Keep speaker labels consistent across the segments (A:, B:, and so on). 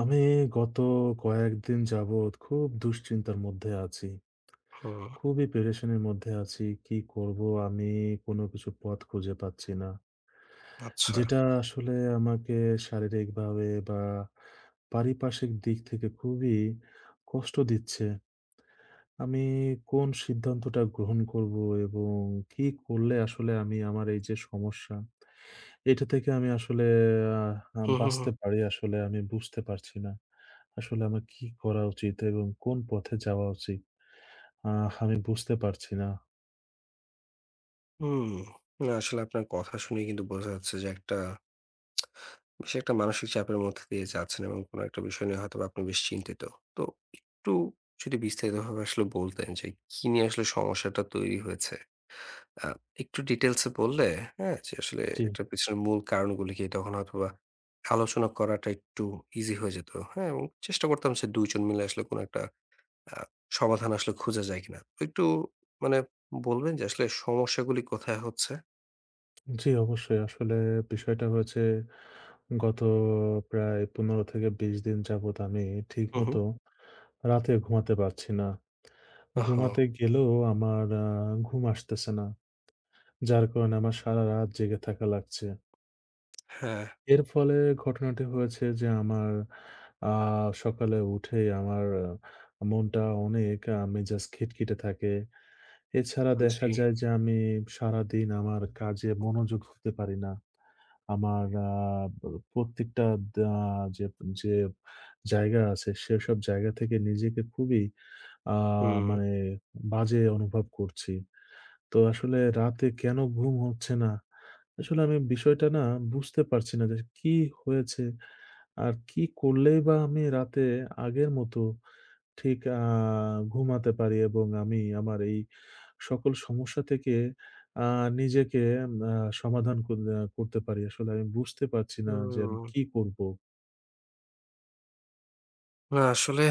A: আমি গত কয়েকদিন যাবৎ খুব দুশ্চিন্তার মধ্যে আছি।
B: হুম,
A: খুবই পেরেশানির মধ্যে আছি। কি করব আমি কোনো কিছু পথ খুঁজে পাচ্ছি না।
B: আচ্ছা।
A: যেটা আসলে আমাকে শারীরিকভাবে বা পারিপার্শ্বিক দিক থেকে খুবই কষ্ট দিচ্ছে। আমি কোন সিদ্ধান্তটা গ্রহণ করব এবং কি করলে আসলে আমি আমার এই যে সমস্যা এটা থেকে আমি আসলে
B: হুম, হুম, হুম,
A: বাঁচতে পারি আসলে আমি বুঝতে পারছি না। আসলে আমার কি করা উচিত এবং কোন পথে যাওয়া উচিত? আমি বুঝতে পারছি না।
B: হুম। না আসলে আপনার কথা শুনেই কিন্তু বোঝা যাচ্ছে যে একটা বেশ একটা মানসিক চাপের মধ্যে দিয়ে যাচ্ছেন এবং কোনো একটা বিষয় নিয়ে হয়তোবা আপনি বেশ চিন্তিত। তো একটু যদি বিস্তারিতভাবে আসলে বলতেন যে কি নিয়ে আসলে সমস্যাটা তৈরি হয়েছে? আ একটু ডিটেইলস এ বললে, হ্যাঁ? যে আসলে
A: জি,
B: এটার পেছনের মূল কারণগুলো কি তখন হয়তোবা আলোচনা করাটা একটু ইজি হয়ে যেত, হ্যাঁ? এবং চেষ্টা করতাম যে ২ জন মিলে আসলে কোনো একটা আ সমাধান আসলে খুঁজে যায় কিনা? একটু মানে বলবেন যে আসলে সমস্যাগুলি কোথায় হচ্ছে?
A: জি অবশ্যই। আসলে বিষয়টা হয়েছে গত প্রায় ১৫ থেকে ২০ দিন যাবৎ আমি
B: হু, হু।
A: ঠিকমতো রাতে ঘুমাতে পারছি না।
B: ওহো!
A: ঘুমাতে গেলেও আমার ঘুম আসতেছে না। যার কারণে আমার সারারাত জেগে থাকা লাগছে।
B: হ্যাঁ,
A: এর ফলে ঘটনাটি হয়েছে যে আমার আ সকালে উঠেই আমার মনটা অনেক মেজাজ খিটখিটে থাকে। এছাড়া দেখা
B: জি।
A: যায় যে আমি সারাদিন আমার কাজে মনোযোগ হতে পারি না। আমার প প্রত্যেকটা দা যে যে জায়গা আছে সেসব জায়গা থেকে নিজেকে খুবই আ
B: হুম,
A: মানে বাজে অনুভব করছি। তো আসলে রাতে কেন ঘুম হচ্ছে না? আসলে আমি বিষয়টা না বুঝতে পারছি না যে কি হয়েছে? আর কি করলেই বা আমি রাতে আগের মতো ঠিক ঘুমাতে পারি এবং আমি আমার এই সকল সমস্যা থেকে আ নিজেকে আ সমাধান কর আ করতে পারি। আসলে আমি বুঝতে পারছি না যে আমি
B: হুম।
A: কি করব?
B: না আসলে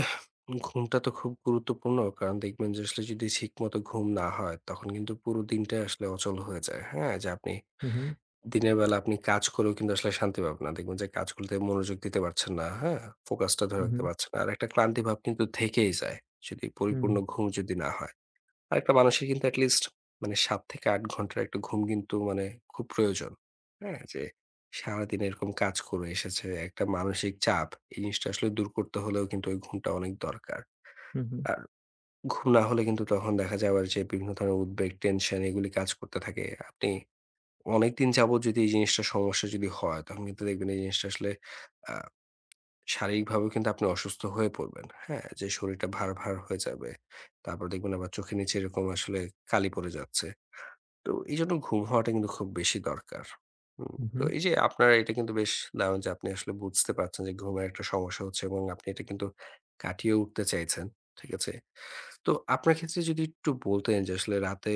B: ঘুমটা তো খুব গুরুত্বপূর্ণ। কারণ দেখবেন যে আসলে যদি ঠিকমতো ঘুম না হয় তখন কিন্তু পুরো দিনটাই আসলে অচল হয়ে যায়। হ্যাঁ? যে আপনি
A: হু, হু,
B: দিনের বেলা আপনি কাজ করেও কিন্তু আসলে শান্তি পাবেন না। দেখবেন যে কাজগুলোতে মনোযোগ দিতে পারছেন না। হ্যাঁ? ফোকাসটা ধরে
A: হু, হু,
B: রাখতে পারছেন না। আর একটা ক্লান্তি ভাব কিন্তু থেকেই যায়। যদি
A: হুম,
B: পরিপূর্ণ ঘুম যদি না হয়। আরেকটা মানুষের কিন্তু এটলিস্ট মানে ৭ থেকে ৮ ঘন্টার একটা ঘুম কিন্তু মানে খুব প্রয়োজন। হ্যাঁ? যে সারাদিন এরকম কাজ করে এসেছে, একটা মানসিক চাপ, এই জিনিসটা আসলে দূর করতে হলেও কিন্তু ওই ঘুমটা অনেক দরকার।
A: হু, হু,
B: আর ঘুম না হলে কিন্তু তখন দেখা যায় আবার যে বিভিন্ন ধরনের উদ্বেগ, টেনশন এগুলি কাজ করতে থাকে। আপনি অনেকদিন যাবত যদি এই জিনিসটা সমস্যা যদি হয়, তখন কিন্তু দেখবেন এই জিনিসটা আসলে আ শারীরিকভাবেও কিন্তু আপনি অসুস্থ হয়ে পড়বেন। হ্যাঁ? যে শরীরটা ভার, ভার হয়ে যাবে। তারপর দেখবেন আবার চোখের নিচে এরকম আসলে কালি পড়ে যাচ্ছে। তো এইজন্য ঘুম হওয়াটা কিন্তু খুব বেশি দরকার। হুম,
A: হু, হু।
B: তো এই যে আপনার এটা কিন্তু বেশ দারুণ যে আপনি আসলে বুঝতে পারছেন যে ঘুমের একটা সমস্যা হচ্ছে এবং আপনি এটা কিন্তু কাটিয়ে উঠতে চাইছেন। ঠিক আছে? তো আপনার ক্ষেত্রে যদি একটু বলতেন যে আসলে রাতে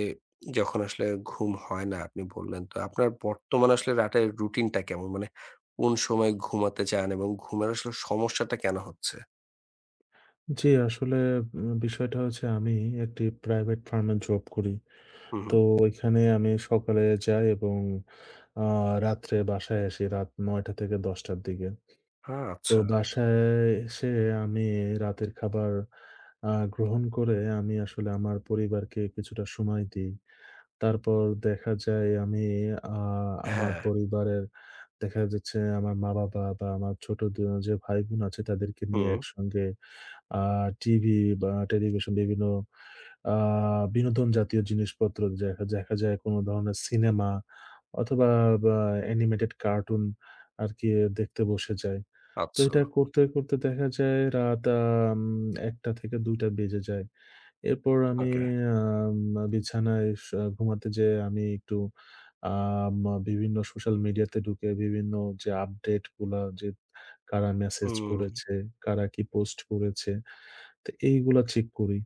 B: যখন আসলে ঘুম হয় না আপনি বললেন, তো আপনার বর্তমানে আসলে রাতের রুটিনটা কেমন? মানে কোন সময় ঘুমাতে চান এবং ঘুমের আসলে সমস্যাটা কেন হচ্ছে?
A: জি, আসলে বিষয়টা হচ্ছে আমি একটি প্রাইভেট ফার্মে জব করি।
B: হুম,
A: তো
B: হুম।
A: ওইখানে আমি সকালে যাই এবং আ রাত্রে বাসায় আসি রাত ৯:০০ থেকে ১০:০০ র দিকে।
B: হ্যাঁ,
A: তো
B: আচ্ছা।
A: বাসায় এসে আমি রাতের খাবার গ্রহণ করে আমি আসলে আমার পরিবারকে কিছুটা সময় দিই। তারপর দেখা যায় আমি আ আমার
B: হ্যাঁ,
A: পরিবারের দেখা যাচ্ছে আমার মা-বাবা বা আমার ছোট যে ভাই-বোন আছে তাদেরকে নিয়ে
B: হুম,
A: একসঙ্গে আ টিভি বা টেলিভিশন বিভিন্ন আ বিনোদন জাতীয় জিনিসপত্র দেখা দেখা যায় কোন ধরনের সিনেমা অথবা বা অ্যানিমেটেড কার্টুন আরকি দেখতে বসে যাই। তো
B: আচ্ছা।
A: এটা করতে, করতে দেখা যায় রাত আম ১টা থেকে ২টা বেজে যায়। এরপর আমি
B: ওকে।
A: আম বিছানায় ঘুমাতে যেয়ে আমি একটু আম বিভিন্ন সোশ্যাল মিডিয়াতে ঢুকে বিভিন্ন যে আপডেটগুলা যে কারা মেসেজ
B: হুম,
A: করেছে, কারা কি পোস্ট করেছে, তো এইগুলা চেক করি।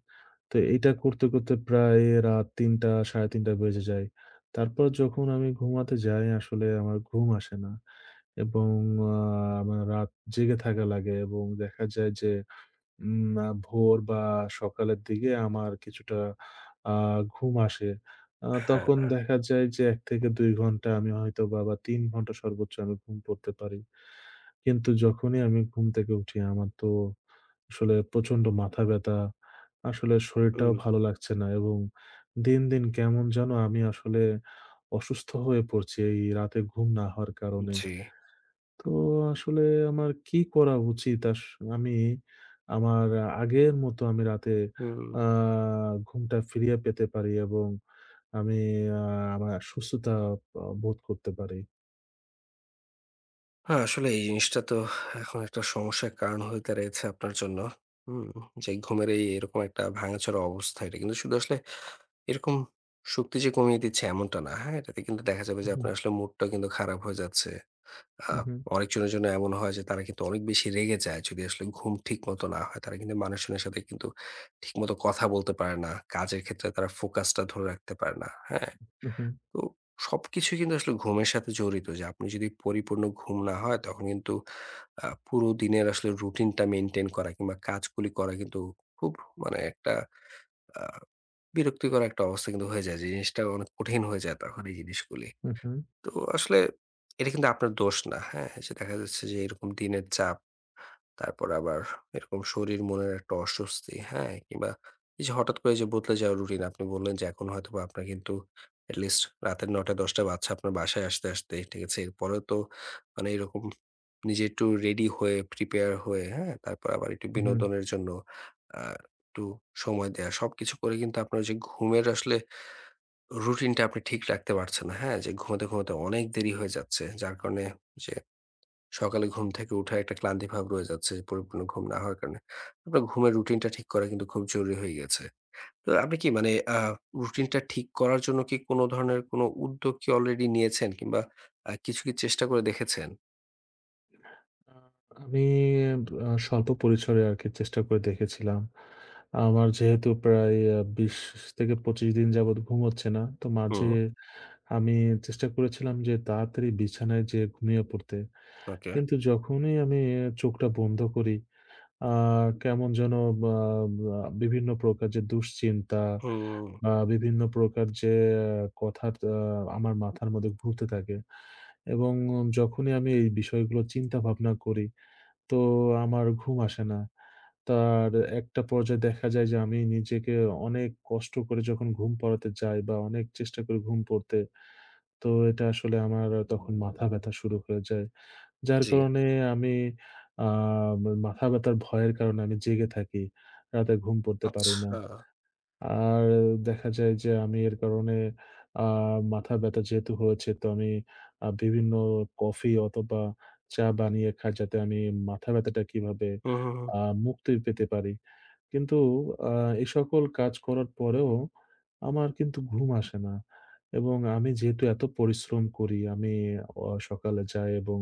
A: তো এইটা করতে, করতে প্রায় রাত ৩টা ৩:৩০ বেজে যায়। তারপর যখন আমি ঘুমাতে যাই আসলে আমার ঘুম আসে না এবং আ আমার রাত জেগে থাকা লাগে এবং দেখা যায় যে উম আ ভোর বা সকালের দিকে আমার কিছুটা আ ঘুম আসে।
B: হ্যাঁ,
A: তখন দেখা যায় যে ১ থেকে ২ ঘন্টা আমি হয়তোবা বা ৩ ঘন্টা সর্বোচ্চ আমি ঘুম পড়তে পারি। কিন্তু যখনই আমি ঘুম থেকে উঠি আমার তো আসলে প্রচন্ড মাথা ব্যথা। আসলে শরীরটাও
B: হুম,
A: ভালো লাগছে না এবং দিন, দিন কেমন যেন আমি আসলে অসুস্থ হয়ে পড়ছি এই রাতে ঘুম না হওয়ার কারণে।
B: জি,
A: তো আসলে আমার কি করা উচিত? আমি আমার আগের মতো আমি রাতে
B: হুম।
A: আ ঘুমটা ফিরিয়ে পেতে পারি এবং আমি আ আমার সুস্থতা বোধ করতে পারি।
B: হ্যাঁ, আসলে এই জিনিসটা তো এখন একটা সমস্যার কারণ হয়ে দাঁড়িয়েছে আপনার জন্য। হুম? যে ঘুমের এই এরকম একটা ভাঙাচোরা অবস্থা এটা কিন্তু শুধু আসলে এরকম শক্তি যে কমিয়ে দিচ্ছে এমনটা না। হ্যাঁ? এটাতে কিন্তু দেখা যাবে যে
A: উহু,
B: আপনার আসলে মুডটা কিন্তু খারাপ হয়ে যাচ্ছে। আ
A: উহু,
B: অনেকজনের জন্য এমন হয় যে তারা কিন্তু অনেক বেশি রেগে যায় যদি আসলে ঘুম ঠিকমতো না হয়। তারা কিন্তু মানুষজনের সাথে কিন্তু ঠিকমতো কথা বলতে পারে না। কাজের ক্ষেত্রে তারা ফোকাসটা ধরে রাখতে পারে না। হ্যাঁ?
A: উহু,
B: তো সবকিছুই কিন্তু আসলে ঘুমের সাথে জড়িত যে আপনি যদি পরিপূর্ণ ঘুম না হয় তখন কিন্তু পুরো দিনের আসলে রুটিনটা মেইনটেইন করা কিংবা কাজগুলি করা কিন্তু খুব মানে একটা আ বিরক্তিকর একটা অবস্থা কিন্তু হয়ে যায়। যে জিনিসটা অনেক কঠিন হয়ে যায় তখন এই জিনিসগুলি।
A: উহু,
B: তো আসলে এটা কিন্তু আপনার দোষ না। হ্যাঁ? যে দেখা যাচ্ছে যে এরকম দিনের চাপ তারপর আবার এরকম শরীর মনের একটা অস্বস্তি, হ্যাঁ? কিংবা এই যে হঠাৎ করে যে বদলে যাওয়া রুটিন আপনি বললেন যে এখন হয়তোবা আপনার কিন্তু এটলিস্ট রাতের ৯:০০-১০:০০ বাজছে আপনার বাসায় আসতে, আসতে, ঠিক আছে? এরপরেও তো মানে এরকম নিজে একটু রেডি হয়ে প্রিপেয়ার হয়ে, হ্যাঁ? তারপর আবার একটু
A: উহু।
B: বিনোদনের জন্য আ একটু সময় দেয়া। সবকিছু করে কিন্তু আপনার যে ঘুমের আসলে রুটিনটা আপনি ঠিক রাখতে পারছেন না, হ্যাঁ? যে ঘুমাতে, ঘুমাতে, অনেক দেরি হয়ে যাচ্ছে। যার কারণে যে সকালে ঘুম থেকে উঠার একটা ক্লান্তি ভাব রয়ে যাচ্ছে পরিপূর্ণ ঘুম না হওয়ার কারণে। আপনার ঘুমের রুটিনটা ঠিক করা কিন্তু খুব জরুরি হয়ে গেছে। তো আপনি কি মানে আ রুটিনটা ঠিক করার জন্য কি কোনো ধরনের কোনো উদ্যোগ কি অলরেডি নিয়েছেন কিংবা কিছু কি চেষ্টা করে দেখেছেন?
A: আ আমি স্বল্প পরিসরে আরকি চেষ্টা করে দেখেছিলাম। আমার যেহেতু প্রায় ২০-২৫ দিন যাবৎ ঘুম হচ্ছে না। তো মাঝে
B: হুম,
A: আমি চেষ্টা করেছিলাম যে তাড়াতাড়ি বিছানায় যেয়ে ঘুমিয়ে পড়তে।
B: ওকে।
A: কিন্তু যখনই আমি চোখটা বন্ধ করি, আ কেমন যেন বা বা বিভিন্ন প্রকার যে দুশ্চিন্তা
B: হুম,
A: বা বিভিন্ন প্রকার যে আ কথা আমার মাথার মধ্যে ঘুরতে থাকে এবং যখনই আমি এই বিষয়গুলো চিন্তা ভাবনা করি তো আমার ঘুম আসে না। তার একটা পর্যায়ে দেখা যায় যে আমি নিজেকে অনেক কষ্ট করে যখন ঘুম পড়াতে যাই বা অনেক চেষ্টা করি ঘুম পড়তে, তো এটা আসলে আমার তখন মাথা ব্যথা শুরু হয়ে যায়। যার
B: জি।
A: কারণে আমি আ মাথা ব্যথার ভয়ের কারণে আমি জেগে থাকি। রাতে ঘুম পড়তে পারি না।
B: আচ্ছা।
A: আর দেখা যায় যে আমি এর কারণে আ মাথা ব্যাথা যেহেতু হয়েছে তো আমি বিভিন্ন কফি অথবা চা বানিয়ে খাই যাতে আমি মাথা ব্যাথাটা কিভাবে
B: হুম, হুম, হুম।
A: আ মুক্তি পেতে পারি। কিন্তু আ এই সকল কাজ করার পরেও আমার কিন্তু ঘুম আসে না। এবং আমি যেহেতু এত পরিশ্রম করি আমি সকালে যাই এবং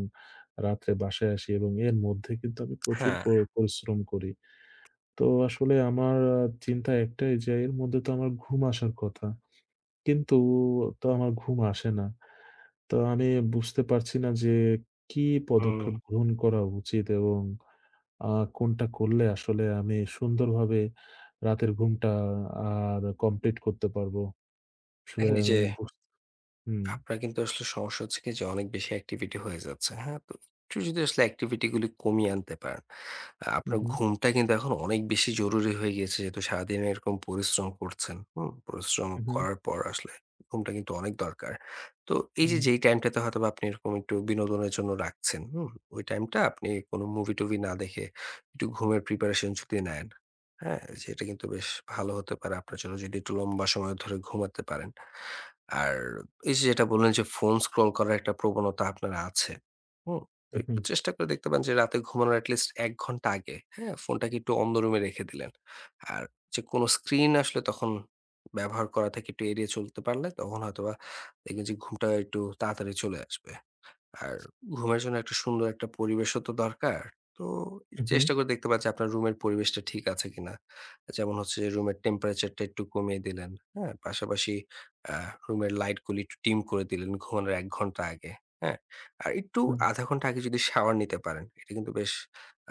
A: রাত্রে বাসায় আসি এবং এর মধ্যে কিন্তু আমি প্রচুর
B: হ্যাঁ,
A: পরিশ্রম করি। তো আসলে আমার চিন্তা একটাই যে এর মধ্যে তো আমার ঘুম আসার কথা। কিন্তু তো আমার ঘুম আসে না। তো আমি বুঝতে পারছি না যে কি
B: হুম।
A: পদক্ষেপ গ্রহণ করা উচিত এবং আ কোনটা করলে আসলে আমি সুন্দরভাবে রাতের ঘুমটা আর কমপ্লিট করতে পারবো। আসলে
B: দেখেন এই যে
A: আমি. হুম,
B: আপনার কিন্তু আসলে সমস্যা হচ্ছে কি যে অনেক বেশি অ্যাক্টিভিটি হয়ে যাচ্ছে। হ্যাঁ? তো একটু যদি আসলে অ্যাক্টিভিটি গুলি কমিয়ে আনতে পারেন। আপনার
A: উহু,
B: ঘুমটা কিন্তু এখন অনেক বেশি জরুরি হয়ে গিয়েছে যেহেতু সারাদিন এরকম পরিশ্রম করছেন। হুম? পরিশ্রম
A: উহু,
B: করার পর আসলে ঘুমটা কিন্তু অনেক দরকার। তো এই
A: উম
B: যে যেই টাইমটাতে হয়তোবা আপনি এরকম একটু বিনোদনের জন্য রাখছেন, হুম? ওই টাইমটা আপনি কোনো মুভি-টুভি না দেখে একটু ঘুমের প্রিপারেশন যদি নেন, হ্যাঁ? সেটা কিন্তু বেশ ভালো হতে পারে আপনার জন্য যদি একটু লম্বা সময় ধরে ঘুমাতে পারেন। আর এই যে যেটা বললেন যে ফোন স্ক্রল করার একটা প্রবণতা আপনার আছে। হুম? তো
A: উহু,
B: একটু চেষ্টা করে দেখতে পারেন যে রাতে ঘুমানোর এটলিস্ট ১ ঘন্টা আগে, হ্যাঁ? ফোনটাকে একটু অন্য রুমে রেখে দিলেন। আর যে কোনো স্ক্রিন আসলে তখন ব্যবহার করা থেকে একটু এড়িয়ে চলতে পারলে তখন হয়তোবা দেখবেন যে ঘুমটা একটু তাড়াতাড়ি চলে আসবে। আর ঘুমের জন্য একটা সুন্দর একটা পরিবেশও তো দরকার। তো একটু
A: উহু,
B: চেষ্টা করে দেখতে পাচ্ছি আপনার রুমের পরিবেশটা ঠিক আছে কিনা। যেমন হচ্ছে যে রুমের টেম্পারেচারটা একটু কমিয়ে দিলেন, হ্যাঁ? পাশাপাশি আ রুমের লাইটগুলি একটু ডিম করে দিলেন ঘুমানোর ১ ঘন্টা আগে, হ্যাঁ? আর একটু
A: উম
B: ০.৫ ঘন্টা আগে যদি শাওয়ার নিতে পারেন, এটা কিন্তু বেশ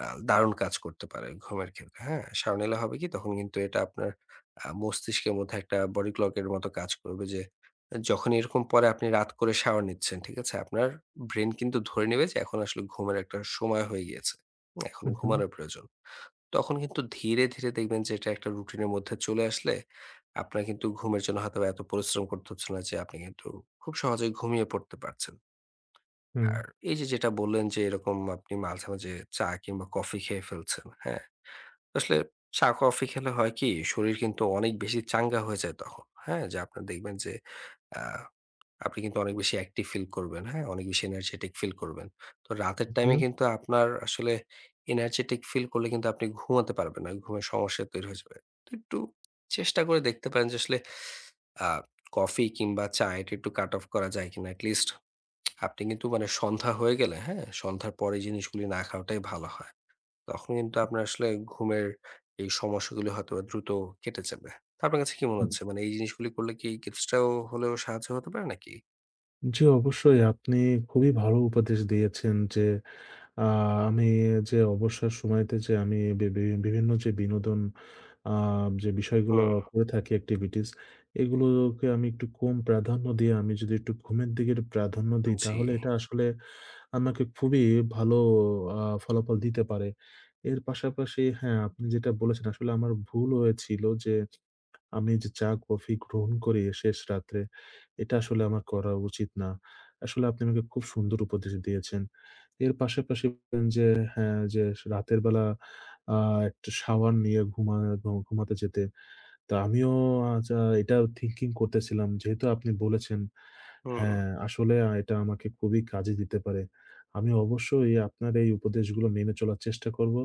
B: আ দারুণ কাজ করতে পারে ঘুমের ক্ষেত্রে, হ্যাঁ? শাওয়ার নিলে হবে কি তখন কিন্তু এটা আপনার মস্তিষ্কের মধ্যে একটা বডি ক্লকের মতো কাজ করবে যে যখন এরকম পরে আপনি রাত করে শাওয়ার নিচ্ছেন, ঠিক আছে? আপনার ব্রেইন কিন্তু ধরে নেবে যে এখন আসলে ঘুমের একটা সময় হয়ে গিয়েছে। এখন
A: উহু,
B: ঘুমানোর প্রয়োজন। তখন কিন্তু ধীরে, ধীরে দেখবেন যে এটা একটা রুটিনের মধ্যে চলে আসলে আপনার কিন্তু ঘুমের জন্য হয়তোবা এত পরিশ্রম করতে হচ্ছে না যে আপনি কিন্তু খুব সহজেই ঘুমিয়ে পড়তে পারছেন।
A: হুম,
B: আর এই যে যেটা বললেন যে এরকম আপনি মাঝে, মাঝে চা কিংবা কফি খেয়ে ফেলছেন, হ্যাঁ? আসলে চা কফি খেলে হয় কি শরীর কিন্তু অনেক বেশি চাঙ্গা হয়ে যায় তখন, হ্যাঁ? যে আপনার দেখবেন যে আ আপনি কিন্তু অনেক বেশি অ্যাক্টিভ ফিল করবেন, হ্যাঁ? অনেক বেশি এনার্জেটিক ফিল করবেন। তো রাতের
A: উহু।
B: টাইমে কিন্তু আপনার আসলে এনার্জেটিক ফিল করলে কিন্তু আপনি ঘুমাতে পারবেন না। ঘুমের সমস্যা তৈরি হয়ে যাবে। তো একটু চেষ্টা করে দেখতে পারেন যে আসলে আ কফি কিংবা চা এটা একটু কাট অফ করা যায় কিনা? এট লিস্ট আপনি কিন্তু মানে সন্ধ্যা হয়ে গেলে, হ্যাঁ? সন্ধ্যার পরে এই জিনিসগুলি না খাওয়াটাই ভালো হয়। তখন কিন্তু আপনার আসলে ঘুমের এই সমস্যাগুলো হয়তোবা দ্রুত কেটে যাবে। তো আপনার কাছে কি মনে হচ্ছে? মানে এই জিনিসগুলি করলে কি কিছুটাও হলেও সাহায্য হতে পারে নাকি?
A: জি অবশ্যই আপনি খুবই ভালো উপদেশ দিয়েছেন যে আ আমি যে অবসর সময়তে যে আমি বি বি বিভিন্ন যে বিনোদন আ যে বিষয়গুলো
B: হুম।
A: করে থাকি activities এগুলোকে আমি একটু কম প্রাধান্য দিয়ে আমি যদি একটু ঘুমের দিকে প্রাধান্য দিই
B: জি,
A: তাহলে এটা আসলে আমাকে খুবই ভালো আ ফলাফল দিতে পারে। এর পাশাপাশি হ্যাঁ, আপনি যেটা বলেছেন আসলে আমার ভুল হয়েছিল যে আমি যে চা কফি গ্রহণ করি শেষ রাত্রে এটা আসলে আমার করা উচিত না। আসলে আপনি আমাকে খুব সুন্দর উপদেশ দিয়েছেন। এর পাশাপাশি বললেন যে হ্যাঁ, যে রাতের বেলা আ একটা শাওয়ার নিয়ে ঘুমাতে যেতে। তো আমিও আচ্ছা এটা থিংকিং করতেছিলাম। যেহেতু আপনি বলেছেন,
B: হুম,
A: হ্যাঁ, আসলে এটা আমাকে খুবই কাজে দিতে পারে। আমি অবশ্যই আপনার এই উপদেশগুলো মেনে চলার চেষ্টা করব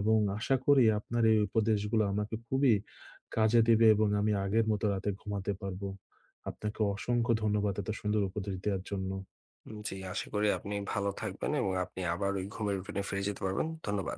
A: এবং আশা করি আপনার এই উপদেশগুলো আমাকে খুবই কাজে দিবে এবং আমি আগের মতো রাতে ঘুমাতে পারবো। আপনাকে অসংখ্য ধন্যবাদ এত সুন্দর উপদেশ দেওয়ার জন্য।
B: জি আশা করি আপনি ভালো থাকবেন এবং আপনি আবার ওই ঘুমের রুটিনে ফিরে যেতে পারবেন। ধন্যবাদ।